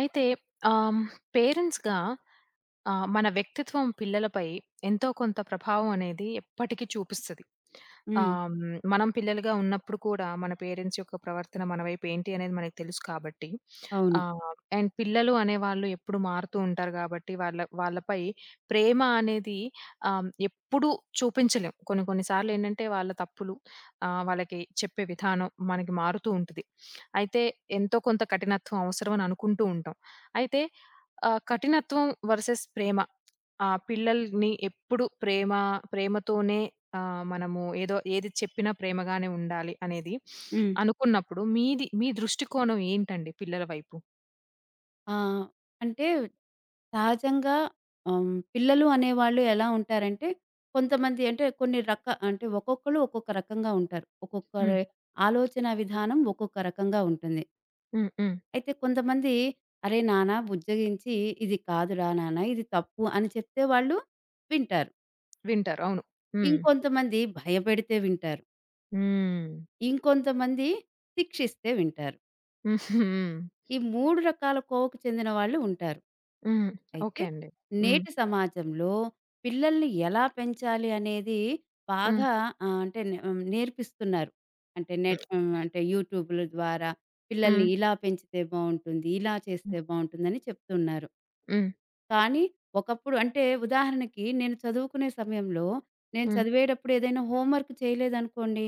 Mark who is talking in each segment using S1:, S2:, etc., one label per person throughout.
S1: అయితే ఆహ్, పేరెంట్స్‌గా, మన వ్యక్తిత్వం పిల్లలపై ఎంతో కొంత ప్రభావం అనేది ఎప్పటికీ చూపిస్తది.
S2: హ్మ్.
S1: మనం పిల్లలుగా ఉన్నప్పుడు కూడా మన పేరెంట్స్ యొక్క ప్రవర్తన మన వైపు ఏంటి అనేది మనకు తెలుసు కాబట్టి,
S2: అవును.
S1: ఆహ్, అండ్ పిల్లలు అనేవాళ్ళు ఎప్పుడు మారుతూ ఉంటారు కాబట్టి, వాళ్ళ వాళ్ళపై ప్రేమ అనేది ఎప్పుడూ చూపించలేం. కొన్ని కొన్ని సార్లు ఏంటంటే వాళ్ళ తప్పులు వాళ్ళకి చెప్పే విధానం మనకి మారుతూ ఉంటది. అయితే ఎంతో కొంత కఠినత్వం అవసరం అని అనుకుంటూ ఉంటాం. అయితే కఠినత్వం వర్సెస్ ప్రేమ. ఆ పిల్లల్ని ఎప్పుడు ప్రేమతోనే మనము ఏది చెప్పినా ప్రేమగానే ఉండాలి అనేది
S2: హ్మ్.
S1: అనుకున్నప్పుడు, మీ దృష్టికోణం ఏంటండి పిల్లల వైపు?
S2: ఆహ్, అంటే సహజంగా, పిల్లలు అనేవాళ్ళు ఎలా ఉంటారంటే, కొంతమంది అంటే కొన్ని రక అంటే ఒక్కొక్కళ్ళు ఒక్కొక్క రకంగా ఉంటారు.
S1: హ్మ్.
S2: ఒక్కొక్కరి ఆలోచన విధానం ఒక్కొక్క రకంగా ఉంటుంది.
S1: హ్మ్. హ్మ్.
S2: అయితే కొంతమంది, "అరే నాన్న" బుజ్జగించి, "ఇది కాదురా నాన్న, ఇది తప్పు" అని చెప్తే వాళ్ళు వింటారు.
S1: వింటారు. అవును. హ్మ్.
S2: ఇంకొంతమంది భయపెడితే వింటారు.
S1: హ్మ్.
S2: ఇంకొంతమంది శిక్షిస్తే వింటారు.
S1: హ్మ్.
S2: ఈ 3 రకాల కోవకు చెందిన వాళ్ళు ఉంటారు.
S1: హ్మ్. ఓకే
S2: అయితే
S1: అండి. హ్మ్.
S2: నేటి సమాజంలో పిల్లల్ని ఎలా పెంచాలి అనేది
S1: హ్మ్.
S2: బాగా ఆహ్, అంటే నే హ్మ్, నేర్పిస్తున్నారు. అంటే
S1: హ్మ్.
S2: యూట్యూబ్‌ల ద్వారా పిల్లల్ని
S1: హ్మ్.
S2: ఇలా పెంచితే బావుంటుంది, ఇలా చేస్తే బావుంటుందని చెప్తున్నారు.
S1: హ్మ్.
S2: కానీ ఒకప్పుడు, అంటే ఉదాహరణకి, నేను చదువుకునే సమయంలో, నేను
S1: హ్మ్.
S2: చదివేటప్పుడు ఏదైనా హోంవర్క్ చేయలేదనుకోండి,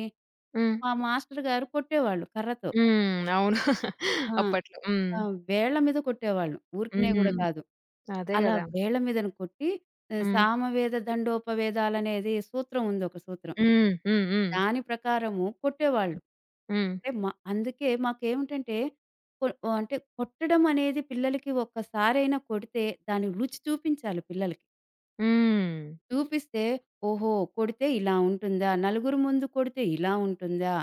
S1: హ్మ్.
S2: మా మాస్టర్ గారు కొట్టేవాళ్ళు కర్రతో.
S1: హ్మ్. అవును.
S2: ఆ!
S1: అప్పట్లో. హ్మ్.
S2: ఆ! వేళ్ళ మీద కొట్టేవాళ్ళం. ఊరికనే గూడా
S1: హ్మ్.
S2: కాదు.
S1: అదే
S2: అలా
S1: గదా!
S2: వేళ్ళ మీదన కొట్టి,
S1: హ్మ్.
S2: సామవేద దండోపవేదాలనేది సూత్రం ఉంది, ఒక సూత్రం.
S1: హ్మ్. హ్మ్. హ్మ్.
S2: దాని ప్రకారము కొట్టేవాళ్ళు.
S1: హ్మ్.
S2: అంటే మ అందుకే మాకేమిటంటే, కొ ఆహ్, అంటే కొట్టడం అనేది పిల్లలకి ఒక్కసారైనా కొడితే దాని రుచి చూపించాలి పిల్లలకి.
S1: హ్మ్.
S2: చూపిస్తే, ఓహో, కొడితే ఇలా ఉంటుందా? నలుగురు ముందు కొడితే ఇలా ఉంటుందా?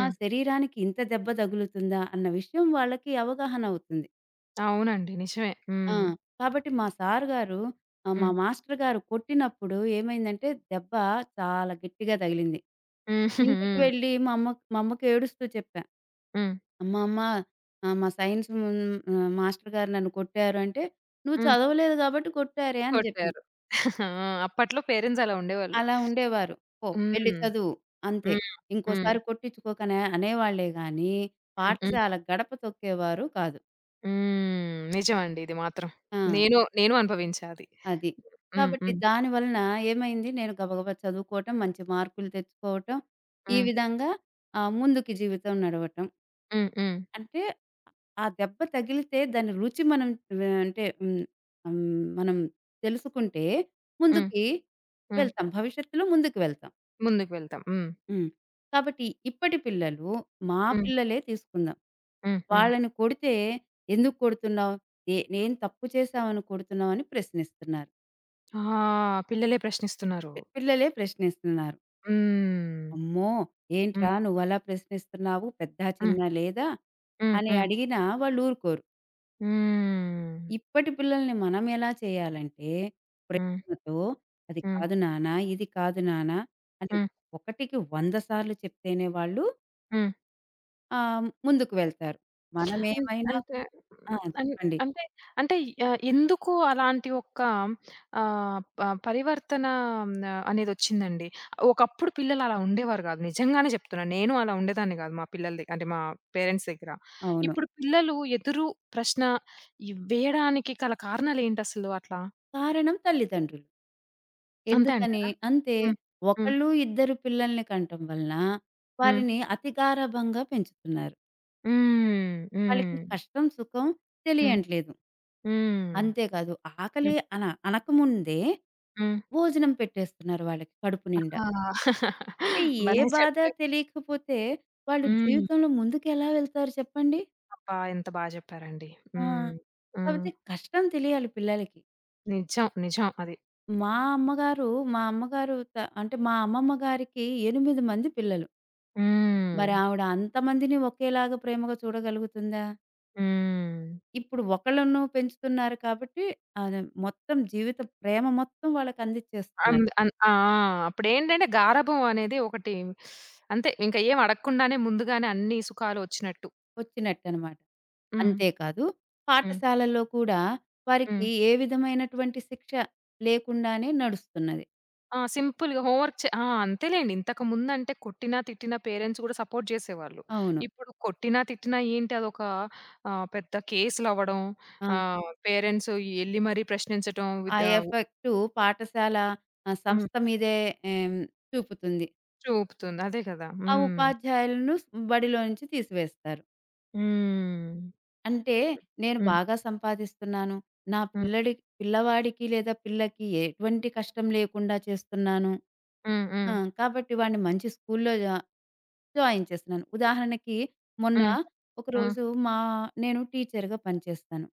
S2: ఆ! శరీరానికి ఇంత దెబ్బ తగులుతుందా? అన్న విషయం వాళ్ళకి అవగాహన అవుతుంది.
S1: అవునండి. నిజమే.
S2: ఆ!
S1: హ్మ్.
S2: కాబట్టి మా
S1: హ్మ్.
S2: మాస్టర్ గారు కొట్టినప్పుడు ఏమైందంటే, దెబ్బ చాలా గట్టిగా తగిలింది.
S1: హ్మ్.
S2: ఇంటికి
S1: హ్మ్.
S2: వెళ్ళి మా అమ్మకి ఏడుస్తూ చెప్పా.
S1: హ్మ్.
S2: "అమ్మ, అమ్మ, మా మాస్టర్ గారు నన్ను కొట్టారు" అంటే, "నువ్వు
S1: హ్మ్.
S2: చదవలేదు కాబట్టి కొట్టారే" అని చెప్పింది.
S1: కొట్టారు. ఆ! అప్పట్లో పేరెంట్స్ అలా ఉండేవాళ్ళు.
S2: అలా ఉండేవారు. "పో వెళ్లి
S1: హ్మ్.
S2: చదువు, అంతే.
S1: హ్మ్. హ్మ్.
S2: ఇంకోసారి కొట్టించుకోకనే" అనేవాళ్ళే గానీ,
S1: హ్మ్. హ్మ్.
S2: పాఠశాల గడప తొక్కేవారు కాదు.
S1: హ్మ్. నిజమండి ఇది మాత్రం.
S2: ఆ!
S1: నేను అనుభవించా అది.
S2: అది.
S1: హ్మ్.
S2: కాబట్టి
S1: హ్మ్.
S2: దాని వలన ఏమైంది, నేను గబగబా చదువుకోవటం, మంచి మార్కులు తెచ్చుకోవటం, ఈ
S1: హ్మ్.
S2: విధంగా ముందుకి జీవితం నడవటం.
S1: హ్మ్. హ్మ్.
S2: అంటే ఆ దెబ్బ తగిలితే దాని రుచి మనం వే అంటే హ్మ్, హ్మ్, మనం తెలుసుకుంటే
S1: హ్మ్.
S2: ముందుకి
S1: హ్మ్.
S2: వెళ్తాం, భవిష్యత్తులో ముందుకు వెళ్తాం.
S1: ముందుకు వెళ్తాం. హ్మ్.
S2: హ్మ్. కాబట్టి ఇప్పటి పిల్లలు, మా
S1: హ్మ్.
S2: పిల్లలే తీసుకుందాం.
S1: హ్మ్. హ్మ్.
S2: వాళ్ళని కొడితే, ఎందుకు కొడుతున్నావు? నేను తప్పు చేశామని కొడుతున్నావని ప్రశ్నిస్తున్నారు.
S1: ఆ! పిల్లలే ప్రశ్నిస్తున్నారు.
S2: పిల్లలే ప్రశ్నిస్తున్నారు.
S1: హ్మ్.
S2: అమ్మో!
S1: హ్మ్.
S2: ఏంట్రా నువ్వలా ప్రశ్నిస్తున్నావు, పెద్దా?
S1: హ్మ్.
S2: చిన్నా లేదా?
S1: హ్మ్.
S2: అని
S1: హ్మ్.
S2: అడిగినా వాళ్ళు ఊరుకోరు.
S1: హ్మ్.
S2: ఇప్పటి పిల్లల్ని మనం ఎలా చేయాలంటే,
S1: హ్మ్.
S2: ప్రేమతో, "అది
S1: హ్మ్.
S2: కాదు నాన్న, ఇది కాదు నాన్న" అని
S1: హ్మ్.
S2: ఒకటికి 100 సార్లు చెప్తేనే వాళ్ళు
S1: హ్మ్.
S2: ముందుకు వెళ్తారు.
S1: అన్
S2: మనమేమైనా.
S1: అంటే
S2: ఆ!
S1: అన్
S2: చెప్పండి.
S1: అంటే అంటే ఆహ్, ఎందుకు అలాంటి ఒక్క ఆహ్, ప పరివర్తన అనేదొచ్చిందండి? ఒకప్పుడు పిల్లలు అలా ఉండేవారు గాదు. నిజంగానే జెప్తున్నా. నేను అలా ఉండేదాన్ని గాదు మా పిల్లల దగ్గర, అంటే మా పేరెంట్స్ దగ్గర.
S2: అవును.
S1: ఇప్పుడు పిల్లలు ఎదురు ప్రశ్న వేయడానికి గల కారణాలేంటసలు అట్లా?
S2: కారణం తల్లిదండ్రులు.
S1: అంతే
S2: ఎందుకని?
S1: అంటారా?
S2: అంతే.
S1: హ్మ్. హ్మ్.
S2: ఒకళ్ళు, ఇద్దరు పిల్లల్ని కంటం వలన,
S1: హ్మ్.
S2: వారిని అతి గారాబంగా పెంచుతున్నారు.
S1: హ్మ్.
S2: వాళ్ళకి
S1: హ్మ్.
S2: కష్టం, సుఖం
S1: హ్మ్.
S2: తెలియట్లేదు.
S1: హ్మ్.
S2: అంతేకాదు, ఆకలి
S1: హ్మ్.
S2: అనకముందే
S1: హ్మ్.
S2: భోజనం పెట్టేస్తున్నారు వాళ్ళకి కడుపు నిండా.
S1: ఆ!
S2: అంటే ఏ
S1: భలే
S2: బాధ
S1: చెప్పారు.
S2: తెలియకపోతే వాళ్ళు
S1: హ్మ్.
S2: జీవితంలో ముందుకెలా వెళ్తారు, చెప్పండి?
S1: అబ్బా! ఎంత బా చెప్పారండి.
S2: ఆ!
S1: హ్మ్. హ్మ్.
S2: కాబట్టి కష్టం తెలియాలి పిల్లలకి.
S1: నిజం. నిజం అది.
S2: మా అమ్మగారు, మా అమ్మగారు, త అంటే మా అమ్మమ్మ గారికి 8 మంది పిల్లలు.
S1: హ్మ్.
S2: మరి ఆవిడ అంతమందిని ఒకేలాగా ప్రేమగా చూడగలుగుతుందా?
S1: హ్మ్.
S2: ఇప్పుడు ఒకళ్ళను పెంచుతున్నారు కాబట్టి, అది, మొత్తం జీవిత ప్రేమ మొత్తం
S1: అన్
S2: వాళ్ళకందిచ్చేస్తున్నారు.
S1: అన్ ఆ! అప్పుడేంటంటే గారాబం అనేది ఒకటి, అంతే. ఇంక ఏం అడగకుండానే ముందుగానే అన్ని సుఖాలు వచ్చినట్టు.
S2: వచ్చినట్టనమాట.
S1: హ్మ్.
S2: అంతేకాదు,
S1: హ్మ్.
S2: పాఠశాలల్లో కూడా వారికి
S1: హ్మ్.
S2: ఏ విధమైనటువంటి శిక్ష లేకుండానే నడుస్తున్నది.
S1: ఆ! సింపుల్‌గా హోంవర్క్ ఆ! అంతేలెండి. ఇంతకుముందంటే కొట్టినా, తిట్టినా పేరెంట్స్ గూడా సపోర్ట్ జేసేవాళ్ళు.
S2: అవును.
S1: ఇప్పుడు కొట్టినా, తిట్టినా ఏంటి, అదొక పెద్ద కేసులవ్వడం,
S2: ఆ!
S1: పేరెంట్స్ ఎళ్లి మరీ ప్రశ్నించటం
S2: ఆ
S1: విత్.
S2: ఎఫెక్టు పాఠశాల,
S1: హ్మ్.
S2: సంస్థ మీదే ఏం చూపుతుంది.
S1: చూపుతుంది. అదే కదా!
S2: ఆ
S1: హ్మ్.
S2: ఉపాధ్యాయులను బడిలో నుంచి తీసివేస్తారు.
S1: హ్మ్.
S2: అంటే నేను
S1: హ్మ్.
S2: బాగా సంపాదిస్తున్నాను. నా
S1: హ్మ్.
S2: పిల్లవాడికి లేదా పిల్లకి ఎటువంటి కష్టం లేకుండా చేస్తున్నాను.
S1: హ్మ్. హ్మ్.
S2: ఆ! కాబట్టి వాడిని మంచి స్కూల్‌లో జాయిన్ చేస్తున్నాను. ఉదాహరణకి, మొన్న
S1: హ్మ్. హ్మ్.
S2: ఒకరోజు, నేను టీచర్‌గా పనిచేస్తాను.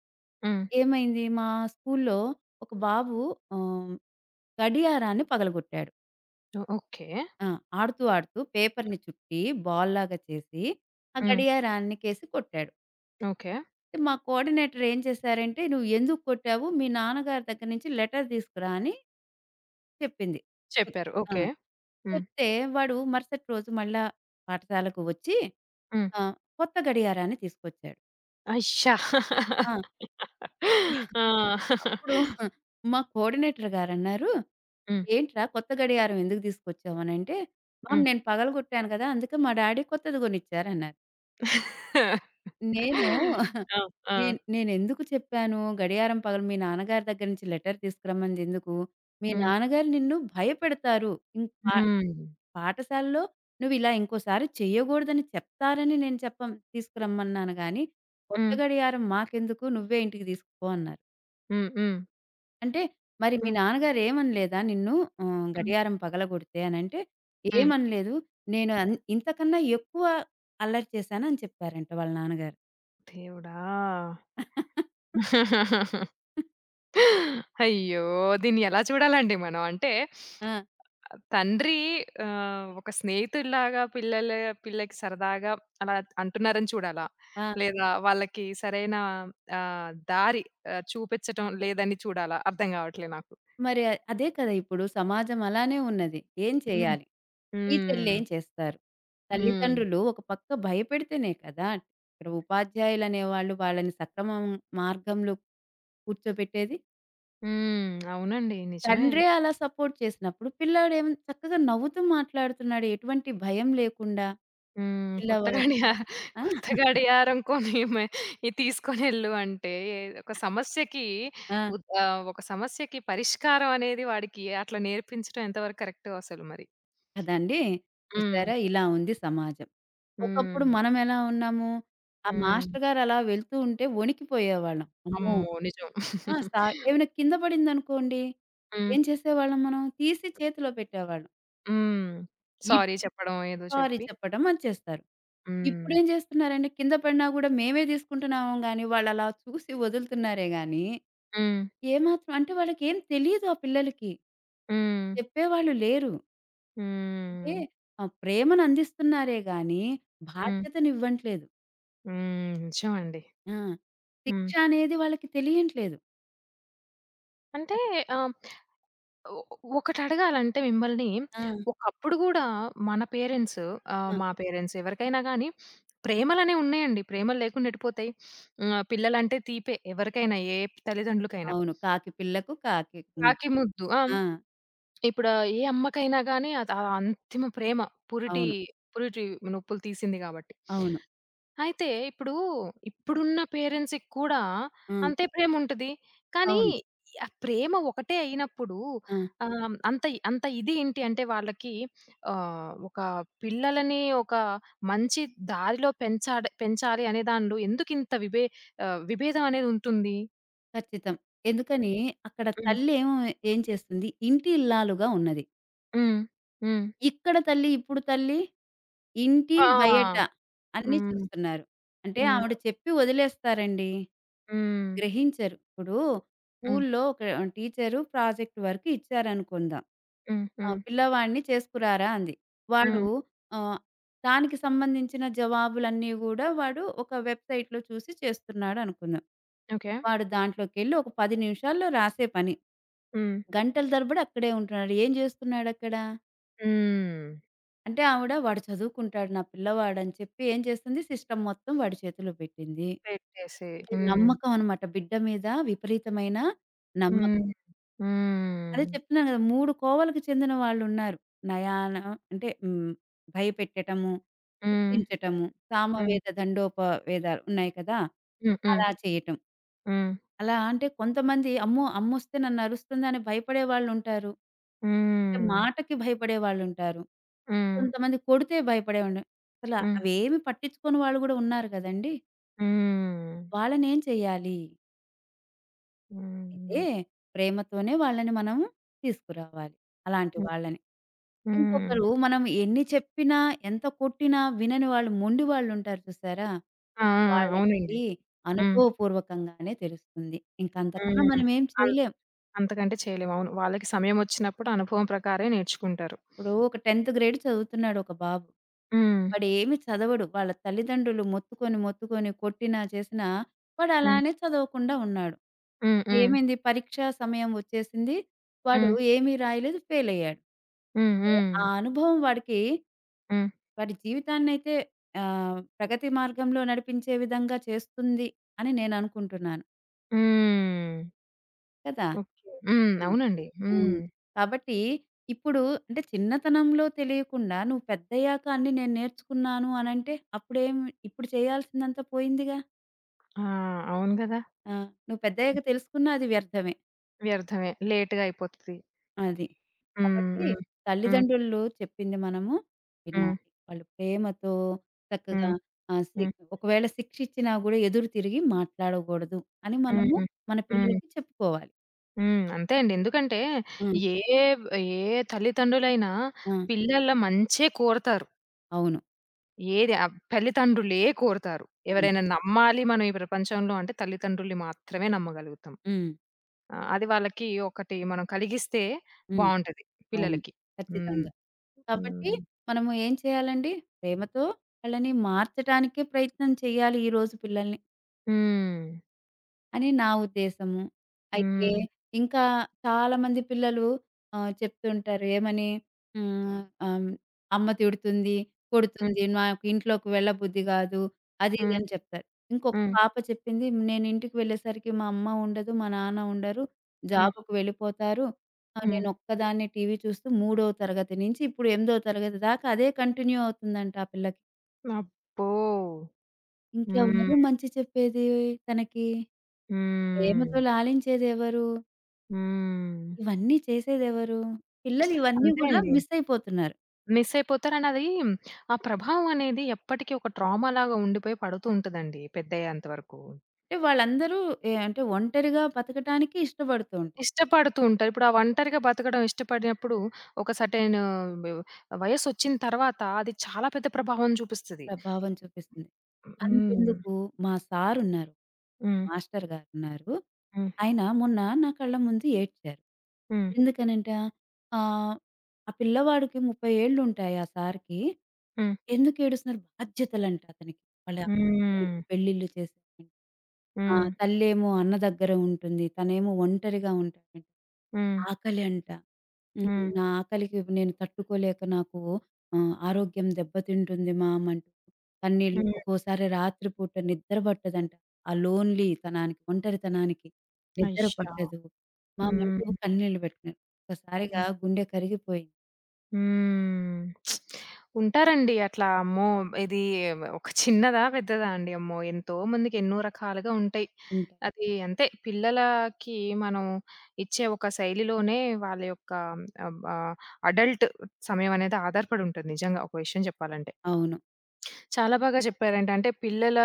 S1: హ్మ్.
S2: ఏమైంది, మా స్కూల్‌లో ఒక బాబు ఆహ్, గడియారాన్ని పగలగొట్టాడు.
S1: ఓకే.
S2: ఆ! ఆడుతూ ఆడుతూ పేపర్‌ని చుట్టి బాల్‌లాగా చేసి ఆ
S1: హ్మ్.
S2: గడియారానికేసి కొట్టాడు.
S1: ఓకే.
S2: మా కోఆర్డినేటర్ ఏం చేశారంటే, "నువ్వు ఎందుకు కొట్టావు? మీ నాన్నగారి దగ్గర నుంచి లెటర్ తీసుకురా" అని చెప్పింది.
S1: చెప్పారు.
S2: ఆ!
S1: ఓకే. హ్మ్.
S2: చెప్తే వాడు మరుసటి రోజు మళ్ళా పాఠశాలకు వచ్చి
S1: హ్మ్.
S2: ఆహ్, కొత్త గడియారాన్ని తీసుకొచ్చాడు.
S1: అయ్యా!
S2: ఆ! అప్పుడు,
S1: ఆ!
S2: అప్పుడు మా కోఆర్డినేటర్ గారన్నారు,
S1: హ్మ్.
S2: "ఏంట్రా, కొత్త గడియారం ఎందుకు తీసుకొచ్చావు?" అనంటే, "మామ్, నేను పగలగొట్టాను కదా! అందుకే మా డాడీ కొత్తది కొనిచ్చారు" అన్నారు.
S1: హ్మ్.
S2: నేను
S1: ఆ! ఆ!
S2: నేను నేనెందుకు చెప్పాను, గడియారం పగలు మీ నాన్నగారి దగ్గర నుంచి లెటర్ తీసుకురమ్మనిది ఎందుకు? మీ
S1: హ్మ్.
S2: నాన్నగారు నిన్ను భయపెడతారు. ఇం పా
S1: హ్మ్.
S2: పాఠశాలలో నువ్విలా ఇంకోసారి చెయ్యగూడదని చెప్తారని నేను చెప్పం తీసుకురమ్మన్నాను గానీ, కొత్త
S1: హ్మ్.
S2: గడియారం మాకెందుకు, నువ్వే ఇంటికి తీసుకుపో అన్నారు.
S1: హ్మ్. హ్మ్.
S2: అంటే మరి మీ
S1: హ్మ్.
S2: నాన్నగారు ఏమనలేదా నిన్ను,
S1: హ్మ్.
S2: గడియారం పగలగొడితే అనంటే,
S1: హ్మ్.
S2: ఏమనలేదు. నేను ఇంతకన్నా ఎక్కువ అల్లరి చేశాను అని చెప్పారంట వాళ్ళ నాన్నగారు.
S1: దేవుడా! అయ్యో! దీన్ని ఎలా చూడాలండి మనం? అంటే
S2: ఆ!
S1: తండ్రి ఒక స్నేహితుడిలాగా పిల్లకి సరదాగా అలా అంటున్నారని చూడాలా?
S2: ఆ!
S1: లేదా వాళ్ళకి సరైన దారి చూపించటం లేదని చూడాలా? అర్థం కావట్లే నాకు.
S2: మరి అదే కదా! ఇప్పుడు సమాజం అలానే ఉన్నది. ఏం
S1: హ్మ్.
S2: చేయాలి?
S1: హ్మ్.
S2: టీచర్‌లేం చేస్తారు?
S1: హ్మ్.
S2: తల్లిదండ్రులు ఒక పక్క భయపెడితేనే కదా! ఇక్కడ ఉపాధ్యాయులనేవాళ్ళు వాళ్ళని సక్రమం మార్గంలో కూర్చోబెట్టేది.
S1: హ్మ్. అవునండి. నిజమే.
S2: తండ్రే అలా సపోర్ట్ చేసినప్పుడు పిల్లాడేమో చక్కగా నవ్వుతూ మాట్లాడుతున్నాడు, ఎటువంటి భయం లేకుండా,
S1: హ్మ్.
S2: పిల్లవాడు. ఆ!
S1: కొత్త గడియారం కొని ఇది తీసుకొనెళ్ళు అంటే, ఒక సమస్యకి
S2: ఆ!
S1: ఒక సమస్యకి పరిష్కారం అనేది వాడికి అట్లా నేర్పించడం ఎంతవరకు కరెక్టో అసలు మరి.
S2: కదండీ!
S1: హ్మ్.
S2: చూసారా? ఇలా ఉంది సమాజం. ఒకప్పుడు
S1: హ్మ్.
S2: మనమెలా ఉన్నాము? ఆ
S1: హ్మ్.
S2: మాస్టరుగారు అలా వెళ్తూ ఉంటే వణికిపోయేవాళ్ళం. అమ్మో!
S1: అమ్మో! నిజం.
S2: ఆ! ఏమైనా కింద పడిందనుకోండి,
S1: హ్మ్.
S2: ఏం చేసేవాళ్ళం మనం? తీసి చేతిలో పెట్టేవాళ్ళం.
S1: హ్మ్. సారీ
S2: ఇప్పు
S1: చెప్పడం ఏదో
S2: సారీ
S1: చెప్పి.
S2: చెప్పడం అది చేస్తారు.
S1: హ్మ్.
S2: ఇప్పుడేం చేస్తున్నారండి, కింద పడినా కూడా మేమే తీసుకుంటున్నాము గానీ, వాళ్ళలా చూసి వదులుతున్నారే గానీ,
S1: హ్మ్.
S2: ఏమాత్రం, అంటే వాళ్ళకేం తెలీదు ఆ పిల్లలకి.
S1: హ్మ్.
S2: చెప్పేవాళ్ళు లేరు. అంటే
S1: హ్మ్.
S2: ప్రేమను అందిస్తున్నారే గానీ,
S1: హ్మ్.
S2: బాధ్యతనివ్వట్లేదు.
S1: హ్మ్. నిజమండి.
S2: ఆ!
S1: హ్మ్.
S2: శిక్ష అనేది వాళ్ళకి తెలియట్లేదు.
S1: అంటే
S2: అది.
S1: ఆహ్ ఒ ఒకటడగాలంటే మిమ్మల్ని,
S2: ఆ!
S1: ఒకప్పుడు గూడా మన పేరెంట్స్
S2: ఆ!
S1: మా పేరెంట్స్ ఎవరికైనా గానీ, ప్రేమలనేవి ఉన్నాయండి. ప్రేమలు లేకుండా ఎటుపోతాయి? హ్మ్. పిల్లలంటే తీపే ఎవరికైనా, ఏ తల్లిదండ్రులకైనా.
S2: అవును. కాకి పిల్లకు కాకి ముద్దు.
S1: రాఖీ ముద్దు. ఆ!
S2: ఆ!
S1: ఇప్పుడు ఏ అమ్మకైనా గానీ, అది ఆ అంతిమ ప్రేమ. పురిటి
S2: అవును.
S1: పురిటి నొప్పులు తీసింది గాబట్టి.
S2: అవును.
S1: అయితే ఇప్పుడు, ఇప్పుడున్న పేరెంట్స్‌కి కూడా
S2: ఆ!
S1: అంతే ప్రేముంటది. కానీ
S2: అవును.
S1: ఆ ప్రేమ ఒకటే అయినప్పుడు
S2: ఆ!
S1: అంత అంత ఇది ఏంటి అంటే, వాళ్ళకి ఒక పిల్లలని ఒక మంచి దారిలో పెంచాలి అనే దానిలో ఎందుకింత విభేదం అనేది ఉంటుంది?
S2: ఖచ్చితం. ఎందుకని, అక్కడ
S1: హ్మ్.
S2: తల్లేమో ఏం చేస్తుంది? ఇంటి ఇల్లాలుగా ఉన్నది.
S1: హ్మ్. హ్మ్.
S2: ఇక్కడ తల్లి, ఇప్పుడు తల్లి, ఇంటి, బయట
S1: ఆ!
S2: అన్నీ
S1: హ్మ్.
S2: చూస్తున్నారు. అంటే
S1: హ్మ్.
S2: ఆవిడ చెప్పి వదిలేస్తారండి.
S1: హ్మ్.
S2: గ్రహించరు. ఇప్పుడు
S1: హ్మ్.
S2: స్కూల్లో ఒక టీచరు ప్రాజెక్ట్ వర్క్ ఇచ్చారనుకుందాం.
S1: హ్మ్.
S2: ఆ!
S1: హ్మ్.
S2: పిల్లవాడిని చేసుకురారా అంది. వాడు
S1: హ్మ్.
S2: ఆహ్, దానికి సంబంధించిన జవాబులన్నీ గూడా వాడు ఒక వెబ్‌సైట్‌లో చూసి చేస్తున్నాడనుకుందాం.
S1: ఓకే.
S2: వాడు దాంట్లోకెళ్ళి ఒక 10 నిమిషాల్లో రాసే పని.
S1: హ్మ్.
S2: గంటల తరబడి అక్కడే ఉంటున్నాడు. ఏం చేస్తున్నాడక్కడ?
S1: హ్మ్.
S2: అంటే ఆవిడ, వాడు చదువుకుంటాడు నా పిల్లవాడని చెప్పి, ఏం చేస్తుంది, సిస్టమ్ మొత్తం వాడి చేతిలో పెట్టింది.
S1: పెట్టేసి.
S2: అంటే
S1: హ్మ్.
S2: నమ్మకం అనమాట, బిడ్డ మీద విపరీతమైన
S1: హ్మ్.
S2: నమ్మకం.
S1: హ్మ్.
S2: అదే చెప్తున్నాను కదా! 3 కోవలకు చెందిన వాళ్ళున్నారు. నయాన, అంటే భయపెట్టటము,
S1: హ్మ్.
S2: శిక్షించటము,
S1: హ్మ్.
S2: సామవేద దండోపవేదాలు ఉన్నాయి కదా!
S1: హ్మ్. హ్మ్.
S2: అలా చేయటం.
S1: హ్మ్.
S2: అలా అంటే కొంతమంది, అమ్మో అమ్మొస్తే నన్నరుస్తుందని, భయపడే వాళ్ళుంటారు. అంటే
S1: హ్మ్.
S2: మాటకి భయపడే వాళ్ళుంటారు.
S1: హ్మ్.
S2: కొంతమంది కొడితే భయపడేవాళ్ళు.
S1: హ్మ్.
S2: అవేమి పట్టించుకోని వాళ్ళు గూడా ఉన్నారు గదండీ!
S1: హ్మ్.
S2: వాళ్ళనేం చేయాలి? అయితే
S1: హ్మ్.
S2: ప్రేమతోనే వాళ్ళని మనం తీసుకురావాలి, అలాంటి
S1: హ్మ్.
S2: వాళ్ళని.
S1: హ్మ్.
S2: ఇంకొకరు, మనం ఎన్ని చెప్పినా, ఎంత కొట్టినా వినని వాళ్ళు, మొండి వాళ్ళుంటారు, చూసారా?
S1: ఆ! ఆ! అవునండి.
S2: వాళ్ళకి
S1: హ్మ్.
S2: అనుభవపూర్వకంగానే తెలుస్తుంది. ఇంకంతకన్నా
S1: హ్మ్.
S2: మనమేం
S1: అన్
S2: చేయలేం.
S1: అంతకంటే చేయలేము. అవును. వాళ్ళకి సమయమొచ్చినప్పుడు అనుభవం ప్రకారమే నేర్చుకుంటారు.
S2: ఎప్పుడో ఒక 10th గ్రేడ్ చదువుతున్నాడు ఒక బాబు.
S1: హ్మ్.
S2: వాడేమి చదవడు. వాళ్ళ తల్లిదండ్రులు మొత్తుకొని, మొత్తుకొని, కొట్టినా, చేసినా, వాడు
S1: హ్మ్.
S2: అలానే చదవకుండా ఉన్నాడు.
S1: హ్మ్. హ్మ్.
S2: ఏమైంది, పరీక్షా సమయం వచ్చేసింది. వాడు
S1: హ్మ్.
S2: ఏమీ రాయలేదు, ఫెయిల్ అయ్యాడు.
S1: హ్మ్.
S2: అంటే
S1: హ్మ్.
S2: ఆ అనుభవం వాడికి,
S1: హ్మ్.
S2: వాడి జీవితాన్నయితే, ప్రగతి మార్గంలో నడిపించే విధంగా చేస్తుంది అని నేను అనుకుంటున్నాను.
S1: హ్మ్.
S2: కదా!
S1: ఓకే. హ్మ్.
S2: హ్మ్.
S1: అవునండి. హ్మ్.
S2: హ్మ్. కాబట్టి ఇప్పుడు, అంటే చిన్నతనంలో తెలియకుండా, నువ్వు పెద్దయ్యాక అన్నీ నేను నేర్చుకున్నాను అనంటే, అప్పుడేమి, ఇప్పుడు చేయాల్సిందంతా పోయిందిగా.
S1: ఆ! అవును గదా!
S2: ఆ! నువ్వు పెద్దయ్యాక తెలుసుకున్నా అది వ్యర్థమే.
S1: వ్యర్థమే. లేట్‌గా అయిపోతది.
S2: అది.
S1: హ్మ్.
S2: కాబట్టి
S1: హ్మ్. హ్మ్.
S2: తల్లిదండ్రులు చెప్పింది మనము
S1: హ్మ్.
S2: వినాలి. వాళ్ళు ప్రేమతో చక్కగా,
S1: హ్మ్.
S2: ఆహ్, సి
S1: హ్మ్.
S2: ఒకవేళ శిక్ష ఇచ్చినా గూడా ఎదురు తిరిగి మాట్లాడకూడదు అని మనము
S1: హ్మ్.
S2: మన
S1: హ్మ్.
S2: పిల్లలకి చెప్పుకోవాలి.
S1: హ్మ్. అంతే అండి. ఎందుకంటే
S2: ఆ!
S1: ఏ ఏ తల్లిదండ్రులైనా
S2: ఆ!
S1: పిల్లల మంచే కోరతారు.
S2: అవును.
S1: ఏది తల్లిదండ్రులే కోరతారు.
S2: అవును.
S1: ఎవరైనా నమ్మాలి మనం ఈ ప్రపంచంలో అంటే తల్లిదండ్రుల్ని మాత్రమే నమ్మగలుగుతాం.
S2: హ్మ్.
S1: ఆ! అది వాళ్ళకి ఒకటి మనం కలిగిస్తే
S2: హ్మ్.
S1: బావుంటది
S2: అవును.
S1: పిల్లలకి. హ్మ్.
S2: ఖచ్చితంగా.
S1: హ్మ్.
S2: కాబట్టి మనము ఏం చేయాలండి? ప్రేమతో వాళ్ళని మార్చటానికే ప్రయత్నం చేయాలి ఈ రోజు పిల్లల్ని,
S1: హ్మ్.
S2: అని నా ఉద్దేశము. అయితే
S1: హ్మ్.
S2: ఇంకా చాలామంది పిల్లలు చెప్తుంటారు ఏమని, హ్మ్, ఆహ్, అమ్మ తిడుతుంది,
S1: హ్మ్.
S2: కొడుతుంది, నాకు ఇంట్లోకి వెళ్ళబుద్ధి గాదు, అది ఇది
S1: హ్మ్.
S2: అని చెప్తారు. ఇంకొక
S1: హ్మ్.
S2: పాప చెప్పింది, నేను ఇంటికి వెళ్ళేసరికి మా అమ్మ ఉండదు, మా నాన్న ఉండరు,
S1: హ్మ్.
S2: జాబ్‌కి వెళ్ళిపోతారు.
S1: హ్మ్.
S2: నేను ఒక్కదాన్నే టీవీ చూస్తూ మూడో తరగతి నుంచి ఇప్పుడు ఎనిమిదో తరగతి దాకా అదే కంటిన్యూ అవుతుందంట ఆ పిల్లకి.
S1: అబ్బో! హ్మ్.
S2: ఇంకెవరు మంచి చెప్పేది తనకి?
S1: హ్మ్.
S2: ప్రేమతో లాలించేదెవరు?
S1: హ్మ్.
S2: ఇవన్నీ చేసేదెవరు? పిల్లలు ఇవన్నీ
S1: అంతే
S2: గూడా
S1: అండి.
S2: మిస్ అయిపోతున్నారు.
S1: మిస్ అయిపోతారని అది, ఆ ప్రభావం అనేది ఎప్పటికి ఒక ట్రామాలాగా ఉండిపోయి పడుతూ ఉంటదండి పెద్దయ్యేంత వరకు.
S2: అంటే వాళ్ళందరూ ఏ అంటే ఒంటరిగా బతకటానికి ఇష్టపడుతూ ఉంటారు.
S1: ఇష్టపడుతూ ఉంటారు. ఇప్పుడు ఆ ఒంటరిగా బతకడం ఇష్టపడినప్పుడు, ఒక సెర్టైన్ వ్ వయసొచ్చిన తర్వాత అది చాలా పెద్ద ప్రభావం చూపిస్తది.
S2: ప్రభావం చూపిస్తుంది.
S1: హ్మ్.
S2: అంతెందుకు, మా సారున్నారు,
S1: హ్మ్.
S2: మాస్టర్ గారున్నారు.
S1: హ్మ్.
S2: ఆయన మొన్న నా కళ్ళ ముందు ఏడ్చారు.
S1: హ్మ్.
S2: ఎందుకనంట, ఆహ్, ఆ పిల్లవాడికి 30 ఏళ్లుంటాయి ఆ సార్‌కి.
S1: హ్మ్.
S2: ఎందుకేడుస్తున్నారు, బాధ్యతలంట అతనికి. వాళ్ళ అక్క
S1: హ్మ్.
S2: చెల్లెళ్ళకి పెళ్ళిళ్ళు చేశారంట. ఆ!
S1: హ్మ్.
S2: తల్లేమో అన్న దగ్గర ఉంటుంది, తనేమో ఒంటరిగా ఉంటాడంట.
S1: హ్మ్.
S2: ఆకలంట. హ్మ్.
S1: హ్మ్.
S2: నా ఆకలికి నేను తట్టుకోలేక నాకు ఆరోగ్యం దెబ్బతింటుంది మామ్ అంటూ కన్నీళ్ళు,
S1: హ్మ్.
S2: ఒక్కోసారి రాత్రి పూట నిద్ర పట్టదంట. ఆ లోన్లీ తనానికి, ఒంటరితనానికి నిద్ర
S1: అయ్యో!
S2: పట్టదు. మామ్ అంటూ
S1: హ్మ్.
S2: కన్నీళ్ళు పెట్టుకున్నారు. ఒక్కసారిగా
S1: హ్మ్.
S2: గుండె కరిగిపోయింది.
S1: హ్మ్. ఉంటారండి అట్లా. అమ్మో! ఇది ఒక చిన్నదా? పెద్దదా అండి? అమ్మో! ఎంతో మందికి ఎన్నో రకాలుగా ఉంటాయి.
S2: ఇంక
S1: అది అంతే పిల్లలకి మనం ఇచ్చే ఒక శైలిలోనే వాళ్ళ యొక్క ఆహ్, బ అడల్ట్ సమయం అనేది ఆధారపడి ఉంటుంది, నిజంగా ఒక విషయం చెప్పాలంటే.
S2: అవును.
S1: చాలా బాగా చెప్పారండి. అంటే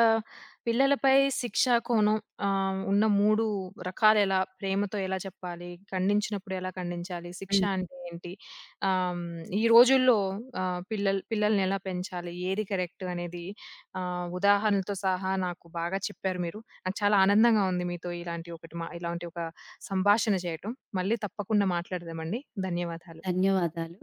S1: పిల్లలపై శిక్షా కోణం ఉన్న 3 రకాలెలా, ప్రేమతో ఎలా చెప్పాలి, ఖండించినప్పుడు ఎలా ఖండించాలి, శిక్ష
S2: హ్మ్.
S1: అంటే ఏంటి, ఆహ్, ఈ రోజుల్లో పిల్లల్ని ఎలా పెంచాలి, ఏది కరెక్ట్ అనేది ఉదాహరణలతో సహా నాకు బాగా చెప్పారు మీరు. నాకు చాలా ఆనందంగా ఉంది మీతో ఇలాంటి ఒకటి మా ఇలాంటి ఒక సంభాషణ చేయటం. మళ్ళీ తప్పకుండా మాట్లాడదామండి. ధన్యవాదాలు.
S2: ధన్యవాదాలు.